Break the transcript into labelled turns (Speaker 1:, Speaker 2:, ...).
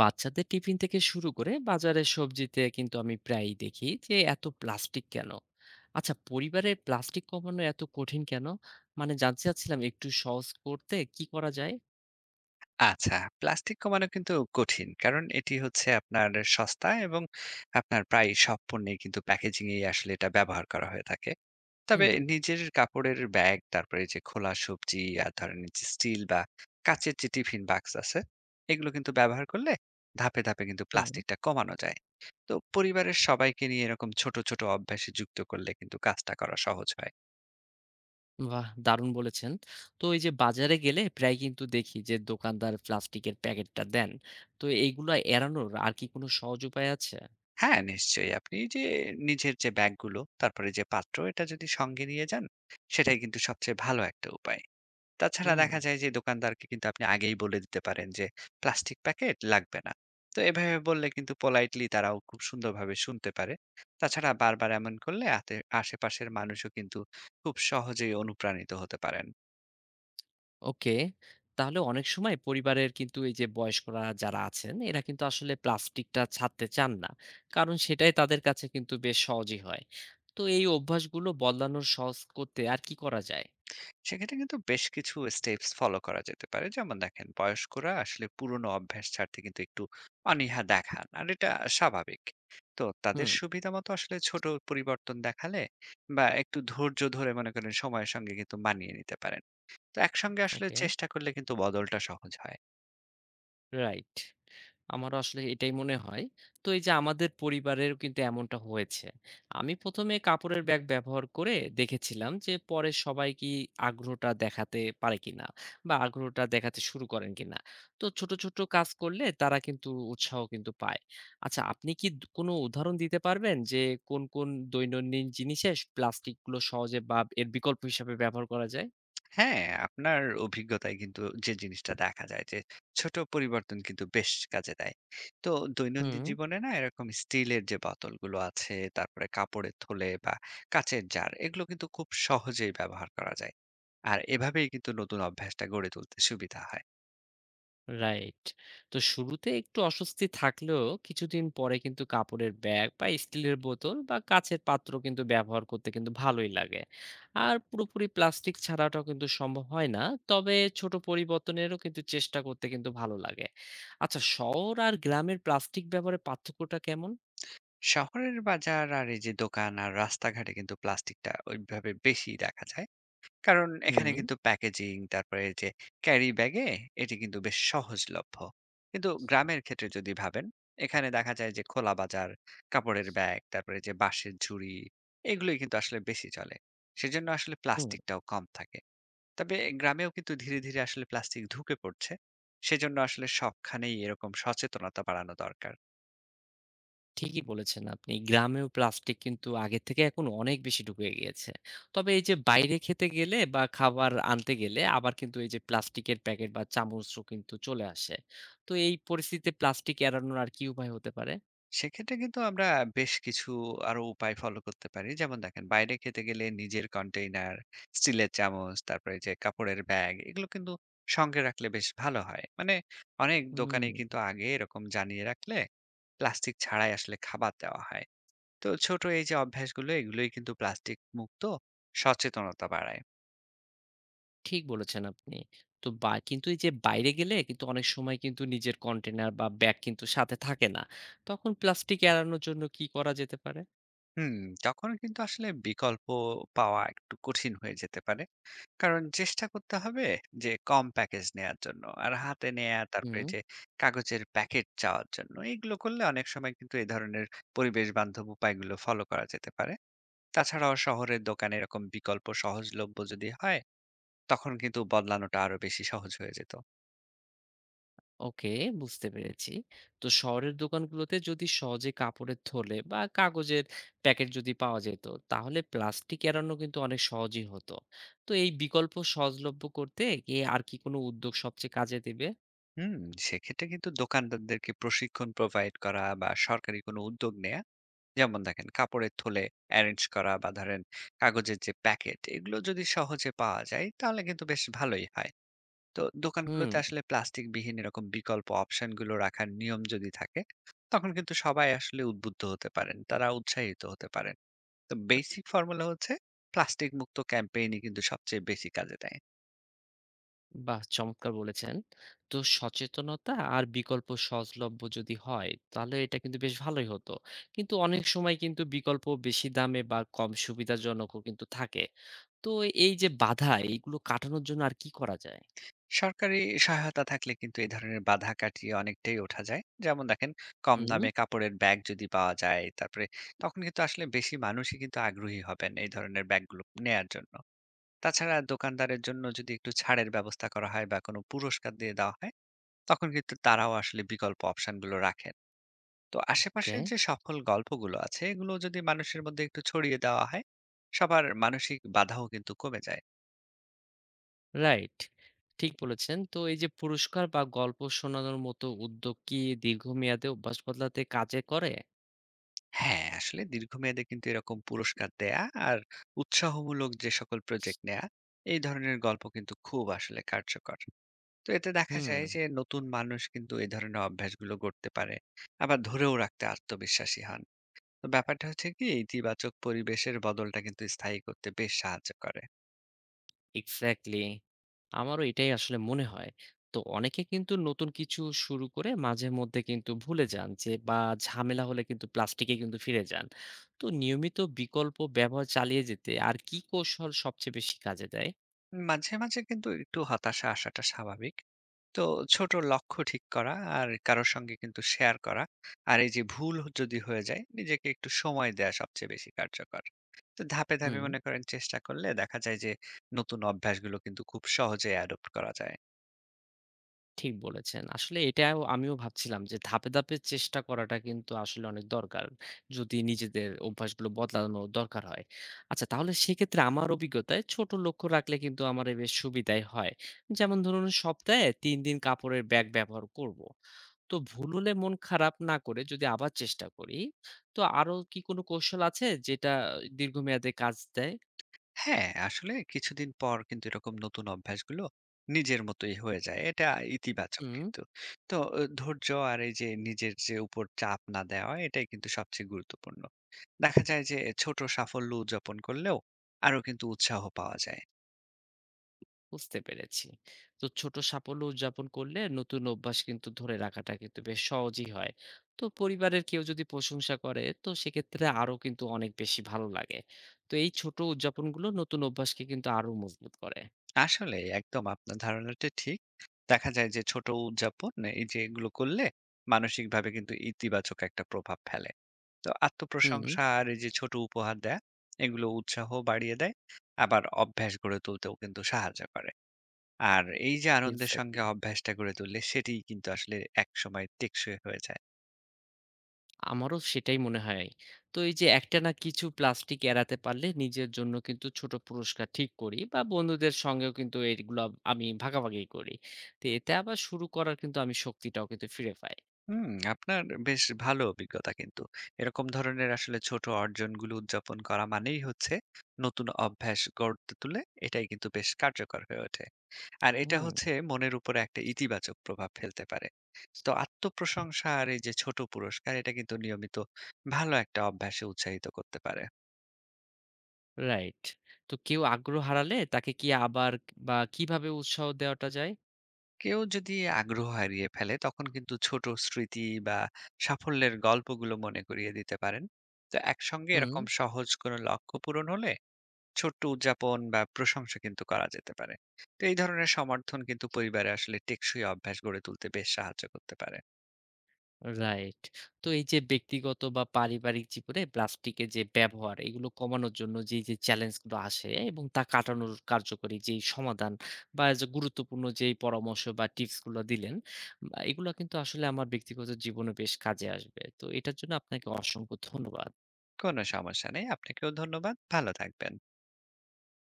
Speaker 1: বাচ্চাদের টিফিন থেকে শুরু করে বাজারের সবজিতে কিন্তু আমি প্রায়ই দেখি যে এত প্লাস্টিক কেন। আচ্ছা, পরিবারে প্লাস্টিক কমানো এত কঠিন কেন? মানে জানতে চাচ্ছিলাম একটু সহজ করতে কি করা যায়।
Speaker 2: আচ্ছা, প্লাস্টিক কমানো কিন্তু কঠিন। কারণ এটি হচ্ছে আপনার সস্তা এবং আপনার প্রায় সব পণ্যেই কিন্তু প্যাকেজিং এই আসলে এটা ব্যবহার করা হয়ে থাকে। তবে
Speaker 1: হুম।
Speaker 2: নিজের কাপড়ের ব্যাগ, তারপরে যে খোলা সবজি আর ধরেন এই যে স্টিল বা কাঁচের যে টিফিন বাক্স আছে, এগুলো কিন্তু ব্যবহার করলে ধাপে ধাপে কিন্তু
Speaker 1: হুম।
Speaker 2: প্লাস্টিকটা কমানো যায়। তো পরিবারের সবাইকে নিয়ে এরকম ছোট ছোট অভ্যাসে যুক্ত করলে কিন্তু কাজটা করা সহজ হয়।
Speaker 1: বাহ, দারুণ বলেছেন। তো এই যে বাজারে গেলে প্রায় কিন্তু দেখি যে দোকানদার প্লাস্টিকের প্যাকেটটা দেন, তো এইগুলো এড়ানোর আর কি কোনো সহজ উপায় আছে?
Speaker 2: হ্যাঁ, নিশ্চয়ই। আপনি যে নিজের যে ব্যাগগুলো, তারপরে যে পাত্র, এটা যদি সঙ্গে নিয়ে যান, সেটাই কিন্তু সবচেয়ে ভালো একটা উপায়। তাছাড়া
Speaker 1: হুম।
Speaker 2: দেখা যায় যে দোকানদারকে কিন্তু আপনি আগেই বলে দিতে পারেন যে, প্লাস্টিক প্যাকেট লাগবে না। তো এভাবে বললে কিন্তু পোলাইটলি তারাও খুব সুন্দরভাবে শুনতে পারে। তাছাড়া বারবার এমন করলে আশেপাশের মানুষও কিন্তু খুব সহজেই অনুপ্রাণিত হতে পারেন।
Speaker 1: ওকে। তাহলে অনেক সময় পরিবারের কিন্তু এই যে বয়স্করা যারা আছেন এরা কিন্তু আসলে প্লাস্টিকটা ছাড়তে চান না। কারণ সেটাই তাদের কাছে কিন্তু বেশ সহজই হয়। তো এই অভ্যাসগুলো বদলানোর সহজ করতে আর কি করা যায়?
Speaker 2: সেক্ষেত্রে কিন্তু বেশ কিছু স্টেপস ফলো করা যেতে পারে, যেমন দেখেন বয়স্করা আসলে পুরনো অভ্যাস ছাড়তে কিন্তু একটু অনীহা দেখান, আর এটা স্বাভাবিক। তো তাদের
Speaker 1: হুম,
Speaker 2: সুবিধা মতো আসলে ছোট পরিবর্তন দেখালে বা একটু ধৈর্য ধরে মনে করেন সময়ের সঙ্গে কিন্তু মানিয়ে নিতে পারেন। তো একসঙ্গে আসলে
Speaker 1: ওকে,
Speaker 2: চেষ্টা করলে কিন্তু বদলটা সহজ হয়।
Speaker 1: রাইট। আমারও আসলে এটাই মনে হয়। তো এই যে আমাদের পরিবারেরও কিন্তু এমনটা হয়েছে। আমি ১ম এ কাপড়ের ব্যাগ ব্যবহার করে দেখেছিলাম যে পরে সবাই কি আগ্রহটা দেখাতে পারে কিনা বা আগ্রহটা দেখাতে শুরু করেন কিনা। তো ছোট, ছোট কাজ করলে তারা কিন্তু উৎসাহ কিন্তু পায়। আচ্ছা, আপনি কি কোনো উদাহরণ দিতে পারবেন যে কোন, কোন দৈনন্দিন জিনিসে প্লাস্টিকগুলো সহজে বা এর বিকল্প হিসাবে ব্যবহার করা যায়?
Speaker 2: হ্যাঁ, আপনার অভিজ্ঞতায় কিন্তু যে জিনিসটা দেখা যায় যে ছোট পরিবর্তন কিন্তু বেশ কাজে দেয়। তো দৈনন্দিন
Speaker 1: হুম।
Speaker 2: জীবনে না এরকম স্টিলের যে বোতলগুলো আছে, তারপরে কাপড়ের থলে বা কাঁচের জার, এগুলো কিন্তু খুব সহজেই ব্যবহার করা যায়। আর এভাবেই কিন্তু নতুন অভ্যাসটা গড়ে তুলতে সুবিধা হয়।
Speaker 1: রাইট। তো শুরুতে একটু অস্বস্তি থাকলেও কিছুদিন পরে কিন্তু কাপড়ের ব্যাগ বা স্টিলের বোতল বা কাঁচের পাত্র কিন্তু ব্যবহার করতে কিন্তু ভালোই লাগে। আর পুরোপুরি প্লাস্টিক ছাড়াটাও কিন্তু সম্ভব হয় না। তবে ছোট পরিবর্তনেরও কিন্তু চেষ্টা করতে কিন্তু ভালো লাগে। আচ্ছা, শহর আর গ্রামের প্লাস্টিক ব্যবহারের পার্থক্যটা কেমন?
Speaker 2: শহরের বাজার আর এই যে দোকান আর রাস্তাঘাটে কিন্তু প্লাস্টিকটা ওইভাবে বেশি দেখা যায়। কারণ এখানে
Speaker 1: হুম।
Speaker 2: কিন্তু প্যাকেজিং তারপরে এই যে ক্যারি ব্যাগে এটি কিন্তু বেশ সহজলভ্য। কিন্তু গ্রামের ক্ষেত্রে যদি ভাবেন, এখানে দেখা যায় যে খোলা বাজার, কাপড়ের ব্যাগ, তারপরে যে বাঁশের ঝুড়ি, এগুলোই কিন্তু আসলে বেশি চলে। সেজন্য আসলে
Speaker 1: হুম।
Speaker 2: প্লাস্টিকটাও কম থাকে। তবে গ্রামেও কিন্তু ধীরে ধীরে আসলে প্লাস্টিক ঢুকে পড়ছে। সেজন্য আসলে সবখানেই এরকম সচেতনতা বাড়ানো দরকার।
Speaker 1: ঠিকই বলেছেন আপনি। গ্রামেও প্লাস্টিক কিন্তু আগের থেকে এখন অনেক বেশি ঢুকে গিয়েছে। তবে এই যে বাইরে খেতে গেলে বা খাবার আনতে গেলে আবার কিন্তু এই যে প্লাস্টিকের প্যাকেট বা চামচও কিন্তু চলে আসে। তো এই পরিস্থিতিতে প্লাস্টিক এড়ানোর আর কি উপায় হতে পারে?
Speaker 2: সেক্ষেত্রে কিন্তু আমরা বেশ কিছু আরো উপায় ফলো করতে পারি। যেমন দেখেন বাইরে খেতে গেলে নিজের কন্টেইনার, স্টিলের চামচ, তারপরে যে কাপড়ের ব্যাগ, এগুলো কিন্তু সঙ্গে রাখলে বেশ ভালো হয়। মানে অনেক
Speaker 1: হুম,
Speaker 2: দোকানেই কিন্তু আগে এরকম জানিয়ে রাখলে প্লাস্টিক ছাড়াই আসলে খাবার দেওয়া হয়। তো ছোট এই যে অভ্যাসগুলো, এগুলোই কিন্তু প্লাস্টিক মুক্ত সচেতনতা বাড়ায়।
Speaker 1: ঠিক বলেছেন আপনি। তো বা কিন্তু এই যে বাইরে গেলে কিন্তু অনেক সময় কিন্তু নিজের কন্টেইনার বা ব্যাগ কিন্তু সাথে থাকে না। তখন প্লাস্টিক এড়ানোর জন্য কি করা যেতে পারে?
Speaker 2: হুম, তখন কিন্তু আসলে বিকল্প পাওয়া একটু কঠিন হয়ে যেতে পারে। কারণ চেষ্টা করতে হবে যে কম প্যাকেজ নেয়ার জন্য। আর হাতে নেয়া তারপরে
Speaker 1: হুম।
Speaker 2: যে কাগজের প্যাকেট চাওয়ার জন্য, এগুলো করলে অনেক সময় কিন্তু এই ধরনের পরিবেশ বান্ধব উপায়গুলো ফলো করা যেতে পারে। তাছাড়াও শহরের দোকানে এরকম বিকল্প সহজলভ্য যদি হয়, তখন কিন্তু বদলানোটা আরো বেশি সহজ হয়ে যেত।
Speaker 1: ওকে, বুঝতে পেরেছি। তো শহরের দোকানগুলোতে যদি সহজে কাপড়ের থলে বা কাগজের প্যাকেট যদি পাওয়া যেত, তাহলে প্লাস্টিক এড়ানো কিন্তু অনেক সহজই হতো। তো এই বিকল্প সহজলভ্য করতে গিয়ে আর কি কোনো উদ্যোগ সবচেয়ে কাজে দেবে?
Speaker 2: হুম, সেক্ষেত্রে কিন্তু দোকানদারদেরকে প্রশিক্ষণ প্রোভাইড করা বা সরকারি কোনো উদ্যোগ নেয়া, যেমন দেখেন কাপড়ের থলে এরেঞ্জ করা বা ধরেন কাগজের যে প্যাকেট এগুলো যদি সহজে পাওয়া যায় তাহলে কিন্তু বেশ ভালোই হয়। তো
Speaker 1: হুম।
Speaker 2: দোকানগুলোতে আসলে প্লাস্টিক বিহীন এরকম বিকল্প অপশন গুলো রাখার নিয়ম যদি থাকে, তখন কিন্তু সবাই আসলে উদ্বুদ্ধ হতে পারেন, তারা উৎসাহিত হতে পারেন। তো বেসিক ফর্মুলা হচ্ছে প্লাস্টিক মুক্ত ক্যাম্পেইনই কিন্তু সবচেয়ে বেশি কাজে দেয়।
Speaker 1: বাহ, চমৎকার বলেছেন। তো সচেতনতা আর বিকল্প সহজলভ্য যদি হয়, তাহলে এটা কিন্তু বেশ ভালোই হতো। কিন্তু অনেক সময় কিন্তু বিকল্প বেশি দামে বা কম সুবিধাজনকও কিন্তু থাকে। তো এই যে বাধা, এইগুলো কাটানোর জন্য আর কি করা যায়?
Speaker 2: সরকারি সহায়তা থাকলে কিন্তু এই ধরনের বাধা কাটিয়ে অনেকটাই ওঠা যায়, যেমন দেখেন কম
Speaker 1: হুম,
Speaker 2: দামে কাপড়ের ব্যাগ যদি পাওয়া যায়, তারপরে তখন কিন্তু আসলে বেশি মানুষই কিন্তু আগ্রহী হবেন এই ধরনের ব্যাগগুলো নেয়ার জন্য। তাছাড়া দোকানদারের জন্য যদি একটু ছাড়ের ব্যবস্থা করা হয় বা কোনো পুরস্কার দিয়ে দেওয়া হয়, তখন কিন্তু তারাও আসলে বিকল্প অপশনগুলো রাখেন। তো
Speaker 1: ওকে,
Speaker 2: আশেপাশের যে সফল গল্পগুলো আছে, এগুলো যদি মানুষের মধ্যে একটু ছড়িয়ে দেওয়া হয়, সবার মানসিক বাধাও কিন্তু কমে যায়।
Speaker 1: রাইট। ঠিক বলেছেন। তো এই যে পুরস্কার বা গল্প শোনানোর মতো উদ্যোগ কি দীর্ঘমেয়াদে অভ্যাস বদলাতে কাজে করে?
Speaker 2: হ্যাঁ, আসলে দীর্ঘমেয়াদে কিন্তু এরকম পুরস্কার দেয়া আর উৎসাহমূলক যে সকল প্রজেক্ট নেয়া, এই ধরনের গল্প কিন্তু খুব আসলে কার্যকর। তো এতে দেখা
Speaker 1: হুম।
Speaker 2: যায় যে নতুন মানুষ কিন্তু এই ধরনের অভ্যাসগুলো গড়তে পারে। আবার ধরেও রাখতে আত্মবিশ্বাসী হন। তো ব্যাপারটা হচ্ছে কি ইতিবাচক পরিবেশের বদলটা কিন্তু স্থায়ী করতে বেশ সাহায্য করে।
Speaker 1: এক্সাক্টলি। আমারও এটাই আসলে মনে হয়। তো অনেকে কিন্তু নতুন কিছু শুরু করে মাঝে মধ্যে কিন্তু ভুলে যান যে, বা ঝামেলা হলে কিন্তু প্লাস্টিকে কিন্তু ফিরে যান। তো নিয়মিত বিকল্প ব্যবহার চালিয়ে যেতে আর কি কৌশল সবচেয়ে বেশি কাজে দেয়?
Speaker 2: মাঝে মাঝে কিন্তু একটু হতাশা আসাটা স্বাভাবিক। তো ছোট লক্ষ্য ঠিক করা আর কারো সঙ্গে কিন্তু শেয়ার করা। আর এই যে ভুল যদি হয়ে যায়, নিজেকে একটু সময় দেয়া সবচেয়ে বেশি কার্যকর। তো ধাপে ধাপে
Speaker 1: হুম।
Speaker 2: মনে করেন চেষ্টা করলে দেখা যায় যে নতুন অভ্যাসগুলো কিন্তু খুব সহজেই অ্যাডপ্ট করা যায়।
Speaker 1: ঠিক বলেছেন। আসলে এটাও আমিও ভাবছিলাম যে ধাপে, ধাপে চেষ্টা করাটা কিন্তু আসলে অনেক দরকার। যদি নিজেদের অভ্যাসগুলো বদলানো দরকার হয়। আচ্ছা তাহলে সেক্ষেত্রে আমার অভিজ্ঞতায় ছোট লক্ষ্য রাখলে কিন্তু আমার এ বেশ সুবিধাই হয়। যেমন ধরুন সপ্তাহে ৩ দিন কাপড়ের ব্যাগ ব্যবহার করব। তো ভুল হলে মন খারাপ না করে যদি আবার চেষ্টা করি, তো আরো কি কোনো কৌশল আছে যেটা দীর্ঘমেয়াদে কাজ দেয়?
Speaker 2: হ্যাঁ, আসলে কিছুদিন পর কিন্তু এরকম নতুন অভ্যাসগুলো নিজের মতোই হয়ে যায়। এটা ইতিবাচক
Speaker 1: হুম।
Speaker 2: কিন্তু। তো ধৈর্য আর এই যে নিজের যে উপর চাপ না দেওয়া, এটাই কিন্তু সবচেয়ে গুরুত্বপূর্ণ। দেখা যায় যে ছোট সাফল্য উদযাপন করলেও আরো কিন্তু উৎসাহ পাওয়া যায়।
Speaker 1: বুঝতে পেরেছি। তো ছোট সাফল্য উদযাপন করলে নতুন অভ্যাস কিন্তু ধরে রাখাটা কিন্তু বেশ সহজই হয়। তো পরিবারের কেউ যদি প্রশংসা করে, তো সেক্ষেত্রে আরো কিন্তু অনেক বেশি ভালো লাগে। তো এই ছোট উদযাপনগুলো নতুন অভ্যাসকে কিন্তু আরো মজবুত করে।
Speaker 2: আসলে একদম আপনার ধারণাটা ঠিক। দেখা যায় যে ছোট উদযাপন, এই যে এগুলো করলে মানসিকভাবে কিন্তু ইতিবাচক একটা প্রভাব ফেলে। তো
Speaker 1: হুম।
Speaker 2: আত্মপ্রশংসা আর এই যে ছোট উপহার দেয়া, এগুলো উৎসাহ বাড়িয়ে দেয়। আবার অভ্যাস গড়ে তুলতেও কিন্তু সাহায্য করে। আর এই যে আনন্দের
Speaker 1: এক্সাক্টলি।
Speaker 2: সঙ্গে অভ্যাসটা গড়ে তুললে সেটিই কিন্তু আসলে একসময় টেকসই হয়ে যায়।
Speaker 1: আমারও সেটাই মনে হয়। তো এই যে একটানা কিছু প্লাস্টিক এড়াতে পারলে নিজের জন্য কিন্তু ছোট পুরস্কার ঠিক করি বা বন্ধুদের সঙ্গেও কিন্তু এইগুলা আমি ভাগাভাগি করি। তো এতে আবার শুরু করার কিন্তু আমি শক্তিটাও কিন্তু ফিরে পাই।
Speaker 2: হুম, আপনার বেশ ভালো অভিজ্ঞতা কিন্তু। এরকম ধরনের আসলে ছোট অর্জনগুলো উদযাপন করা মানেই হচ্ছে নতুন অভ্যাস গড়তে তুলে এটাই কিন্তু বেশ কার্যকর হয়ে ওঠে। আর এটা
Speaker 1: হুম।
Speaker 2: হচ্ছে মনের উপরে একটা ইতিবাচক প্রভাব ফেলতে পারে। তো আত্মপ্রশংসা আর এই যে ছোট পুরস্কার, এটা কিন্তু নিয়মিত ভালো একটা অভ্যাসে উৎসাহিত করতে পারে।
Speaker 1: রাইট। তো কেউ আগ্রহ হারালে তাকে কি আবার বা কিভাবে উৎসাহ দেওয়াটা যায়?
Speaker 2: কেউ যদি আগ্রহ হারিয়ে ফেলে, তখন কিন্তু ছোট স্মৃতি বা সাফল্যের গল্পগুলো মনে করিয়ে দিতে পারেন। তো একসঙ্গে
Speaker 1: হুম।
Speaker 2: এরকম সহজ কোনো লক্ষ্য পূরণ হলে ছোট্ট উদযাপন বা প্রশংসা কিন্তু করা যেতে পারে। তো এই ধরনের সমর্থন কিন্তু পরিবারে আসলে টেকসই অভ্যাস গড়ে তুলতে বেশ সাহায্য করতে পারে।
Speaker 1: রাইট। তো এই যে ব্যক্তিগত বা পারিবারিক জীবনে প্লাস্টিকের যে ব্যবহার এগুলো কমানোর জন্য যে চ্যালেঞ্জগুলো আসে এবং তা কাটানোর কার্যকরী যেই সমাধান বা যে গুরুত্বপূর্ণ যেই পরামর্শ বা টিপসগুলো দিলেন, বা এগুলো কিন্তু আসলে আমার ব্যক্তিগত জীবনে বেশ কাজে আসবে। তো এটার জন্য আপনাকে অসংখ্য ধন্যবাদ।
Speaker 2: কোনো সমস্যা নেই, আপনাকেও ধন্যবাদ, ভালো থাকবেন।